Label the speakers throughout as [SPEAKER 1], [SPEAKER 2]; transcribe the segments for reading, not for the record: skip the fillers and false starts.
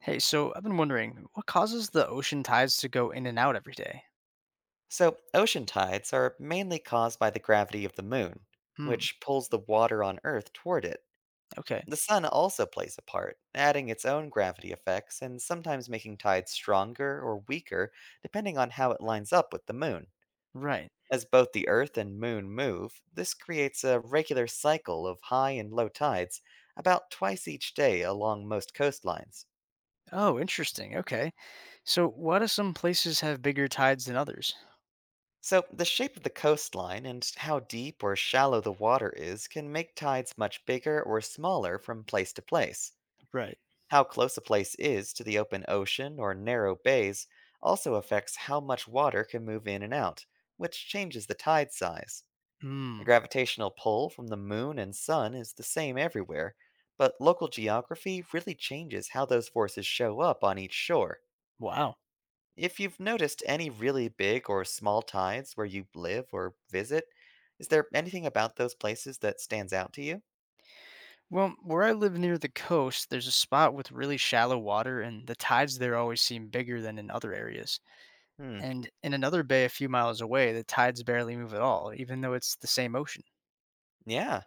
[SPEAKER 1] Hey, so I've been wondering, what causes the ocean tides to go in and out every day?
[SPEAKER 2] So, ocean tides are mainly caused by the gravity of the moon,
[SPEAKER 1] Hmm,
[SPEAKER 2] which pulls the water on Earth toward it.
[SPEAKER 1] okay,
[SPEAKER 2] The sun also plays a part, adding its own gravity effects and sometimes making tides stronger or weaker depending on how it lines up with the moon.
[SPEAKER 1] right.
[SPEAKER 2] As both the Earth and moon move, this creates a regular cycle of high and low tides about twice each day along most coastlines.
[SPEAKER 1] Oh, interesting. Okay. So, why do some places have bigger tides than others?
[SPEAKER 2] So, the shape of the coastline and how deep or shallow the water is can make tides much bigger or smaller from place to place.
[SPEAKER 1] Right.
[SPEAKER 2] How close a place is to the open ocean or narrow bays also affects how much water can move in and out, which changes the tide size. The
[SPEAKER 1] Hmm,
[SPEAKER 2] gravitational pull from the moon and sun is the same everywhere, but local geography really changes how those forces show up on each shore.
[SPEAKER 1] wow.
[SPEAKER 2] If you've noticed any really big or small tides where you live or visit, is there anything about those places that stands out to you?
[SPEAKER 1] Well, where I live near the coast, there's a spot with really shallow water, and the tides there always seem bigger than in other areas.
[SPEAKER 2] Hmm,
[SPEAKER 1] And in another bay a few miles away, the tides barely move at all, even though it's the same ocean.
[SPEAKER 2] yeah.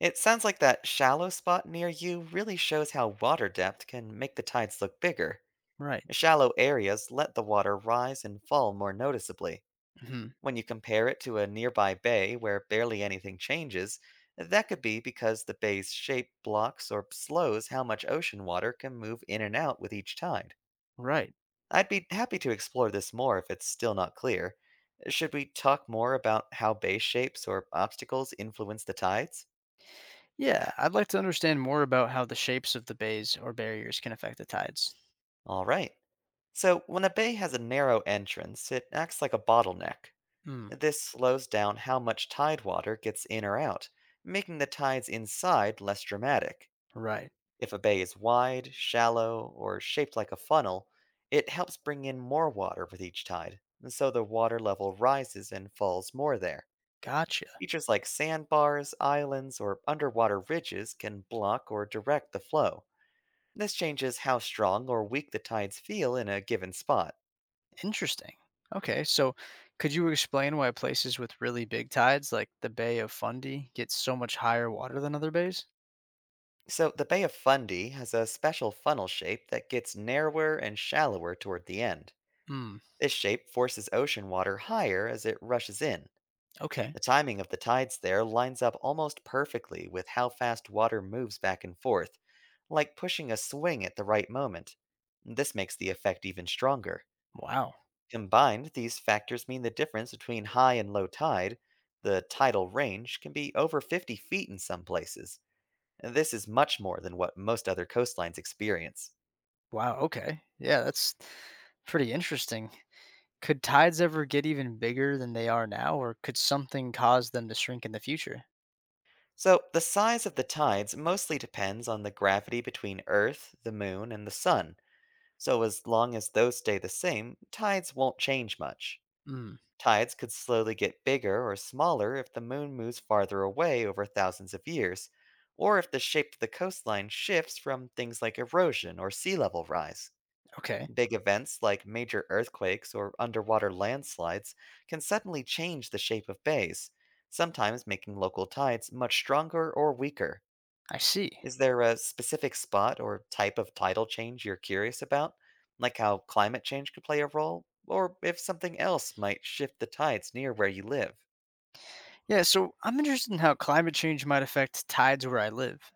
[SPEAKER 2] It sounds like that shallow spot near you really shows how water depth can make the tides look bigger.
[SPEAKER 1] Right.
[SPEAKER 2] Shallow areas let the water rise and fall more noticeably.
[SPEAKER 1] Hmm,
[SPEAKER 2] When you compare it to a nearby bay where barely anything changes, that could be because the bay's shape blocks or slows how much ocean water can move in and out with each tide.
[SPEAKER 1] right.
[SPEAKER 2] I'd be happy to explore this more if it's still not clear. Should we talk more about how bay shapes or obstacles influence the tides?
[SPEAKER 1] Yeah, I'd like to understand more about how the shapes of the bays or barriers can affect the tides.
[SPEAKER 2] Alright. So, when a bay has a narrow entrance, it acts like a bottleneck.
[SPEAKER 1] Hmm,
[SPEAKER 2] This slows down how much tide water gets in or out, making the tides inside less dramatic.
[SPEAKER 1] right.
[SPEAKER 2] If a bay is wide, shallow, or shaped like a funnel, it helps bring in more water with each tide, so the water level rises and falls more there.
[SPEAKER 1] Gotcha.
[SPEAKER 2] Features like sandbars, islands, or underwater ridges can block or direct the flow. This changes how strong or weak the tides feel in a given spot.
[SPEAKER 1] Interesting. Okay, so could you explain why places with really big tides, like the Bay of Fundy, get so much higher water than other bays?
[SPEAKER 2] So, the Bay of Fundy has a special funnel shape that gets narrower and shallower toward the end.
[SPEAKER 1] Hmm,
[SPEAKER 2] This shape forces ocean water higher as it rushes in.
[SPEAKER 1] okay.
[SPEAKER 2] The timing of the tides there lines up almost perfectly with how fast water moves back and forth, like pushing a swing at the right moment. This makes the effect even stronger.
[SPEAKER 1] Wow.
[SPEAKER 2] Combined, these factors mean the difference between high and low tide, the tidal range, can be over 50 feet in some places. And this is much more than what most other coastlines experience.
[SPEAKER 1] Wow, okay. Yeah, that's pretty interesting. Could tides ever get even bigger than they are now, or could something cause them to shrink in the future?
[SPEAKER 2] So, the size of the tides mostly depends on the gravity between Earth, the Moon, and the Sun. So, as long as those stay the same, tides won't change much.
[SPEAKER 1] Hmm,
[SPEAKER 2] Tides could slowly get bigger or smaller if the moon moves farther away over thousands of years, or if the shape of the coastline shifts from things like erosion or sea level rise.
[SPEAKER 1] okay.
[SPEAKER 2] Big events like major earthquakes or underwater landslides can suddenly change the shape of bays, sometimes making local tides much stronger or weaker.
[SPEAKER 1] I see.
[SPEAKER 2] Is there a specific spot or type of tidal change you're curious about, like how climate change could play a role, or if something else might shift the tides near where you live?
[SPEAKER 1] Yeah, so I'm interested in how climate change might affect tides where I live.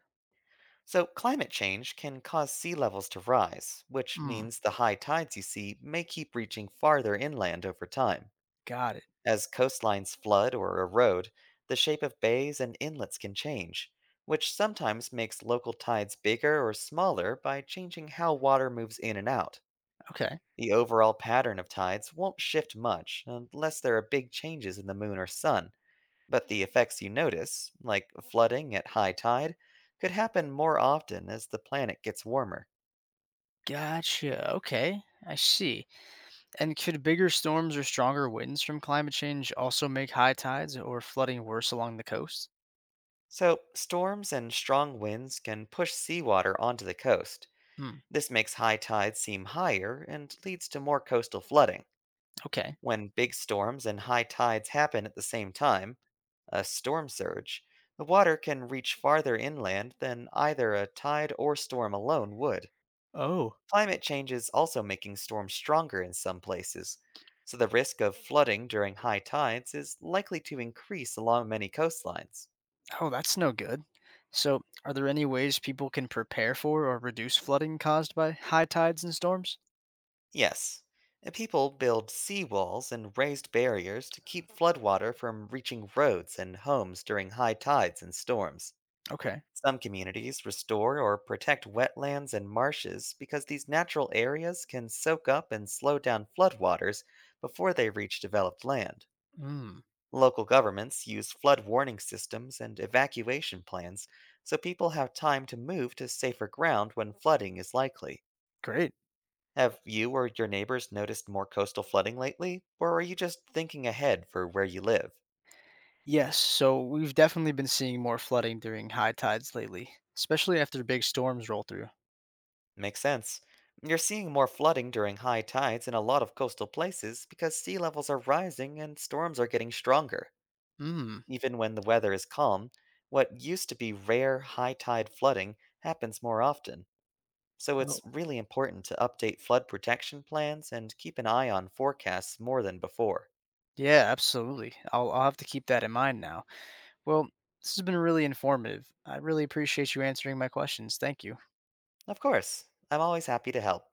[SPEAKER 2] So, climate change can cause sea levels to rise, which
[SPEAKER 1] Hmm,
[SPEAKER 2] means the high tides you see may keep reaching farther inland over time.
[SPEAKER 1] got it.
[SPEAKER 2] As coastlines flood or erode, the shape of bays and inlets can change, which sometimes makes local tides bigger or smaller by changing how water moves in and out.
[SPEAKER 1] Okay.
[SPEAKER 2] The overall pattern of tides won't shift much unless there are big changes in the moon or sun, but the effects you notice, like flooding at high tide, could happen more often as the planet gets warmer.
[SPEAKER 1] Gotcha. Okay. I see. And could bigger storms or stronger winds from climate change also make high tides or flooding worse along the coast?
[SPEAKER 2] So, storms and strong winds can push seawater onto the coast.
[SPEAKER 1] Hmm,
[SPEAKER 2] This makes high tides seem higher and leads to more coastal flooding.
[SPEAKER 1] okay.
[SPEAKER 2] When big storms and high tides happen at the same time, a storm surge, the water can reach farther inland than either a tide or storm alone would.
[SPEAKER 1] Oh.
[SPEAKER 2] Climate change is also making storms stronger in some places, so the risk of flooding during high tides is likely to increase along many coastlines.
[SPEAKER 1] Oh, that's no good. So, are there any ways people can prepare for or reduce flooding caused by high tides and storms?
[SPEAKER 2] Yes, and people build seawalls and raised barriers to keep floodwater from reaching roads and homes during high tides and storms.
[SPEAKER 1] Okay.
[SPEAKER 2] Some communities restore or protect wetlands and marshes because these natural areas can soak up and slow down floodwaters before they reach developed land.
[SPEAKER 1] Hmm,
[SPEAKER 2] Local governments use flood warning systems and evacuation plans so people have time to move to safer ground when flooding is likely.
[SPEAKER 1] great.
[SPEAKER 2] Have you or your neighbors noticed more coastal flooding lately, or are you just thinking ahead for where you live?
[SPEAKER 1] Yes, so we've definitely been seeing more flooding during high tides lately, especially after big storms roll through.
[SPEAKER 2] Makes sense. You're seeing more flooding during high tides in a lot of coastal places because sea levels are rising and storms are getting stronger.
[SPEAKER 1] Mm.
[SPEAKER 2] Even when the weather is calm, what used to be rare high tide flooding happens more often. So
[SPEAKER 1] Oh.
[SPEAKER 2] it's really important to update flood protection plans and keep an eye on forecasts more than before.
[SPEAKER 1] Yeah, absolutely. I'll have to keep that in mind now. Well, this has been really informative. I really appreciate you answering my questions. Thank you.
[SPEAKER 2] Of course, I'm always happy to help.